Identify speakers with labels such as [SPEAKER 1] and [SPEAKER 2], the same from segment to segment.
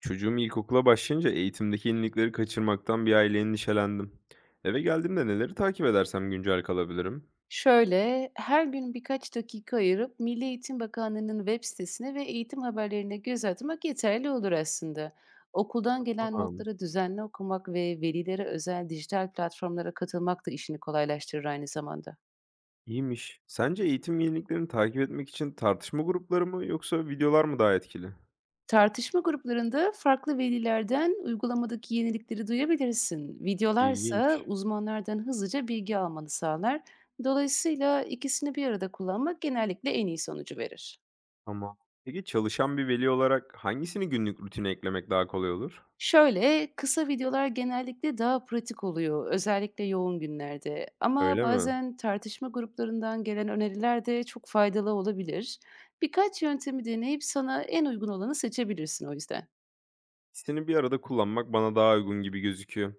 [SPEAKER 1] Çocuğum ilkokula başlayınca eğitimdeki yenilikleri kaçırmaktan bir aile endişelendim. Eve geldiğimde neleri takip edersem güncel kalabilirim?
[SPEAKER 2] Şöyle, her gün birkaç dakika ayırıp Milli Eğitim Bakanlığı'nın web sitesine ve eğitim haberlerine göz atmak yeterli olur aslında. Okuldan gelen
[SPEAKER 1] Aa,
[SPEAKER 2] notları düzenli okumak ve velilere özel dijital platformlara katılmak da işini kolaylaştırır aynı zamanda.
[SPEAKER 1] iyiymiş. Sence eğitim yeniliklerini takip etmek için tartışma grupları mı yoksa videolar mı daha etkili?
[SPEAKER 2] Tartışma gruplarında farklı velilerden uygulamadaki yenilikleri duyabilirsin. Videolarsa
[SPEAKER 1] İlginç.
[SPEAKER 2] uzmanlardan hızlıca bilgi almanı sağlar. Dolayısıyla ikisini bir arada kullanmak genellikle en iyi sonucu verir.
[SPEAKER 1] Ama peki çalışan bir veli olarak hangisini günlük rutine eklemek daha kolay olur?
[SPEAKER 2] Şöyle, kısa videolar genellikle daha pratik oluyor, özellikle yoğun günlerde. Ama
[SPEAKER 1] Öyle mi?
[SPEAKER 2] bazen tartışma gruplarından gelen öneriler de çok faydalı olabilir. Birkaç yöntemi deneyip sana en uygun olanı seçebilirsin o yüzden.
[SPEAKER 1] İkisini bir arada kullanmak bana daha uygun gibi gözüküyor.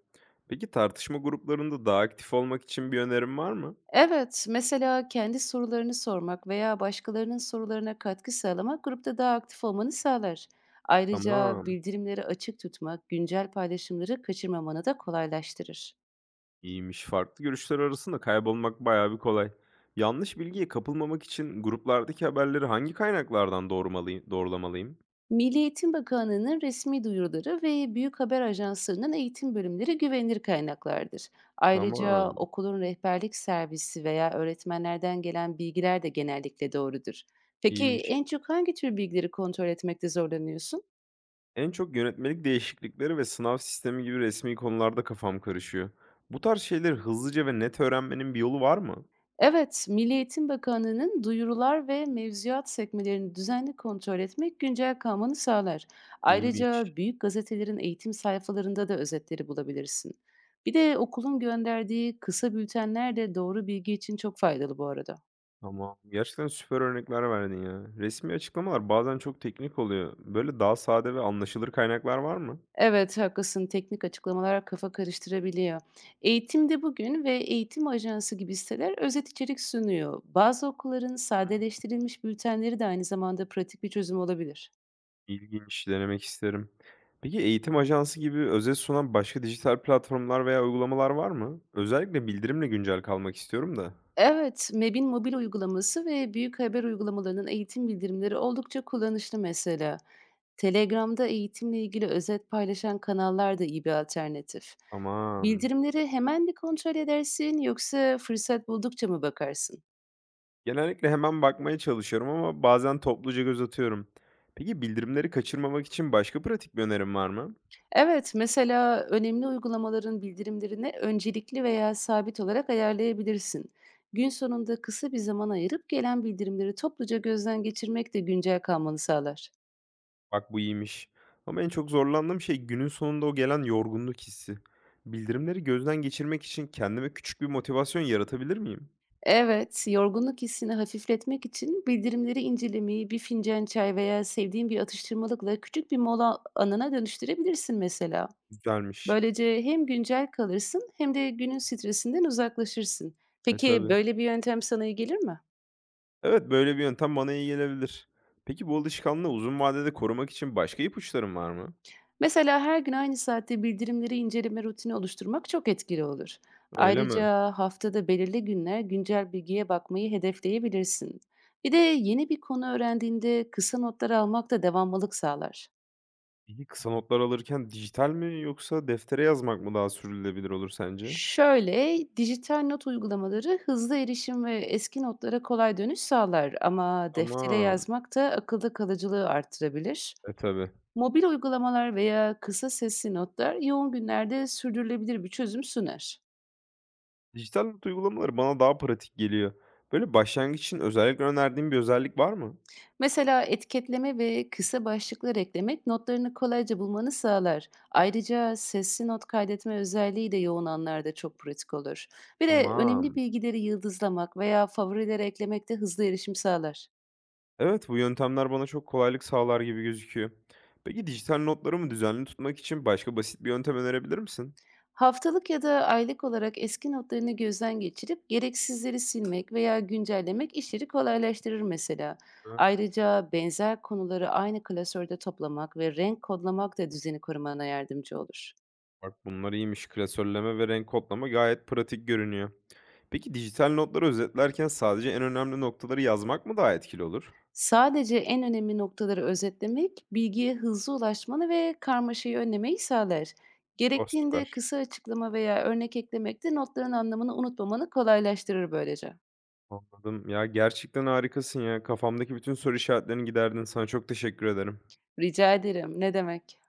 [SPEAKER 1] Peki tartışma gruplarında daha aktif olmak için bir önerim var mı?
[SPEAKER 2] Evet, mesela kendi sorularını sormak veya başkalarının sorularına katkı sağlamak grupta daha aktif olmanı sağlar. Ayrıca
[SPEAKER 1] Tamam.
[SPEAKER 2] bildirimleri açık tutmak güncel paylaşımları kaçırmamanı da kolaylaştırır.
[SPEAKER 1] İyiymiş. Farklı görüşler arasında kaybolmak bayağı bir kolay. Yanlış bilgiye kapılmamak için gruplardaki haberleri hangi kaynaklardan doğrulamalıyım?
[SPEAKER 2] Milli Eğitim Bakanlığı'nın resmi duyuruları ve büyük haber ajanslarının eğitim bölümleri güvenilir kaynaklardır. Ayrıca
[SPEAKER 1] Tamam,
[SPEAKER 2] okulun rehberlik servisi veya öğretmenlerden gelen bilgiler de genellikle doğrudur. Peki
[SPEAKER 1] iyiymiş.
[SPEAKER 2] en çok hangi tür bilgileri kontrol etmekte zorlanıyorsun?
[SPEAKER 1] En çok yönetmelik değişiklikleri ve sınav sistemi gibi resmi konularda kafam karışıyor. Bu tarz şeyleri hızlıca ve net öğrenmenin bir yolu var mı?
[SPEAKER 2] Evet, Milli Eğitim Bakanlığı'nın duyurular ve mevzuat sekmelerini düzenli kontrol etmek güncel kalmanı sağlar. Ayrıca
[SPEAKER 1] İyiymiş.
[SPEAKER 2] büyük gazetelerin eğitim sayfalarında da özetleri bulabilirsin. Bir de okulun gönderdiği kısa bültenler de doğru bilgi için çok faydalı bu arada.
[SPEAKER 1] Tamam. Gerçekten süper örnekler verdin ya. Resmi açıklamalar bazen çok teknik oluyor. Böyle daha sade ve anlaşılır kaynaklar var mı?
[SPEAKER 2] Evet, haklısın. Teknik açıklamalar kafa karıştırabiliyor. Eğitimde Bugün ve Eğitim Ajansı gibi siteler özet içerik sunuyor. Bazı okulların sadeleştirilmiş bültenleri de aynı zamanda pratik bir çözüm olabilir.
[SPEAKER 1] İlginç, denemek isterim. Peki eğitim ajansı gibi özet sunan başka dijital platformlar veya uygulamalar var mı? Özellikle bildirimle güncel kalmak istiyorum da.
[SPEAKER 2] Evet, MEB'in mobil uygulaması ve büyük haber uygulamalarının eğitim bildirimleri oldukça kullanışlı mesela. Telegram'da eğitimle ilgili özet paylaşan kanallar da iyi bir alternatif.
[SPEAKER 1] Aman.
[SPEAKER 2] Bildirimleri hemen bir kontrol edersin yoksa fırsat buldukça mı bakarsın?
[SPEAKER 1] Genellikle hemen bakmaya çalışıyorum ama bazen topluca göz atıyorum. Peki bildirimleri kaçırmamak için başka pratik bir önerim var mı?
[SPEAKER 2] Evet, mesela önemli uygulamaların bildirimlerini öncelikli veya sabit olarak ayarlayabilirsin. Gün sonunda kısa bir zaman ayırıp gelen bildirimleri topluca gözden geçirmek de güncel kalmanı sağlar.
[SPEAKER 1] Bak bu iyiymiş. Ama en çok zorlandığım şey günün sonunda o gelen yorgunluk hissi. Bildirimleri gözden geçirmek için kendime küçük bir motivasyon yaratabilir miyim?
[SPEAKER 2] Evet, yorgunluk hissini hafifletmek için bildirimleri incelemeyi bir fincan çay veya sevdiğin bir atıştırmalıkla küçük bir mola anına dönüştürebilirsin mesela.
[SPEAKER 1] Güzelmiş.
[SPEAKER 2] Böylece hem güncel kalırsın hem de günün stresinden uzaklaşırsın.
[SPEAKER 1] E
[SPEAKER 2] Peki
[SPEAKER 1] tabii.
[SPEAKER 2] böyle bir yöntem sana iyi gelir mi?
[SPEAKER 1] Evet, böyle bir yöntem bana iyi gelebilir. Peki bu alışkanlığı uzun vadede korumak için başka ipuçların var mı?
[SPEAKER 2] Mesela her gün aynı saatte bildirimleri inceleme rutini oluşturmak çok etkili olur.
[SPEAKER 1] Öyle mi?
[SPEAKER 2] Ayrıca haftada belirli günler güncel bilgiye bakmayı hedefleyebilirsin. Bir de yeni bir konu öğrendiğinde kısa notlar almak da devamlılık sağlar.
[SPEAKER 1] Peki kısa notlar alırken dijital mi yoksa deftere yazmak mı daha sürdürülebilir olur sence?
[SPEAKER 2] Şöyle, dijital not uygulamaları hızlı erişim ve eski notlara kolay dönüş sağlar ama deftere
[SPEAKER 1] Tamam.
[SPEAKER 2] yazmak da akılda kalıcılığı artırabilir.
[SPEAKER 1] E tabii.
[SPEAKER 2] Mobil uygulamalar veya kısa sesli notlar yoğun günlerde sürdürülebilir bir çözüm sunar.
[SPEAKER 1] Dijital not uygulamaları bana daha pratik geliyor. Böyle başlangıç için özellikle önerdiğin bir özellik var mı?
[SPEAKER 2] Mesela etiketleme ve kısa başlıklar eklemek notlarını kolayca bulmanı sağlar. Ayrıca sesli not kaydetme özelliği de yoğun anlarda çok pratik olur. Bir de önemli
[SPEAKER 1] Tamam.
[SPEAKER 2] bilgileri yıldızlamak veya favorilere eklemek de hızlı erişim sağlar.
[SPEAKER 1] Evet, bu yöntemler bana çok kolaylık sağlar gibi gözüküyor. Peki dijital notlarımı düzenli tutmak için başka basit bir yöntem önerebilir misin?
[SPEAKER 2] Haftalık ya da aylık olarak eski notlarını gözden geçirip gereksizleri silmek veya güncellemek işleri kolaylaştırır mesela. Ayrıca benzer konuları aynı klasörde toplamak ve renk kodlamak da düzeni korumana yardımcı olur.
[SPEAKER 1] Bak bunlar iyiymiş. Klasörleme ve renk kodlama gayet pratik görünüyor. Peki dijital notları özetlerken sadece en önemli noktaları yazmak mı daha etkili olur?
[SPEAKER 2] Sadece en önemli noktaları özetlemek, bilgiye hızlı ulaşmanı ve karmaşayı önlemeyi sağlar.
[SPEAKER 1] Oh
[SPEAKER 2] Gerektiğinde
[SPEAKER 1] süper.
[SPEAKER 2] kısa açıklama veya örnek eklemek de notların anlamını unutmamanı kolaylaştırır böylece.
[SPEAKER 1] Anladım. Ya gerçekten harikasın ya. Kafamdaki bütün soru işaretlerini giderdin. Sana çok teşekkür ederim.
[SPEAKER 2] Rica ederim, ne demek?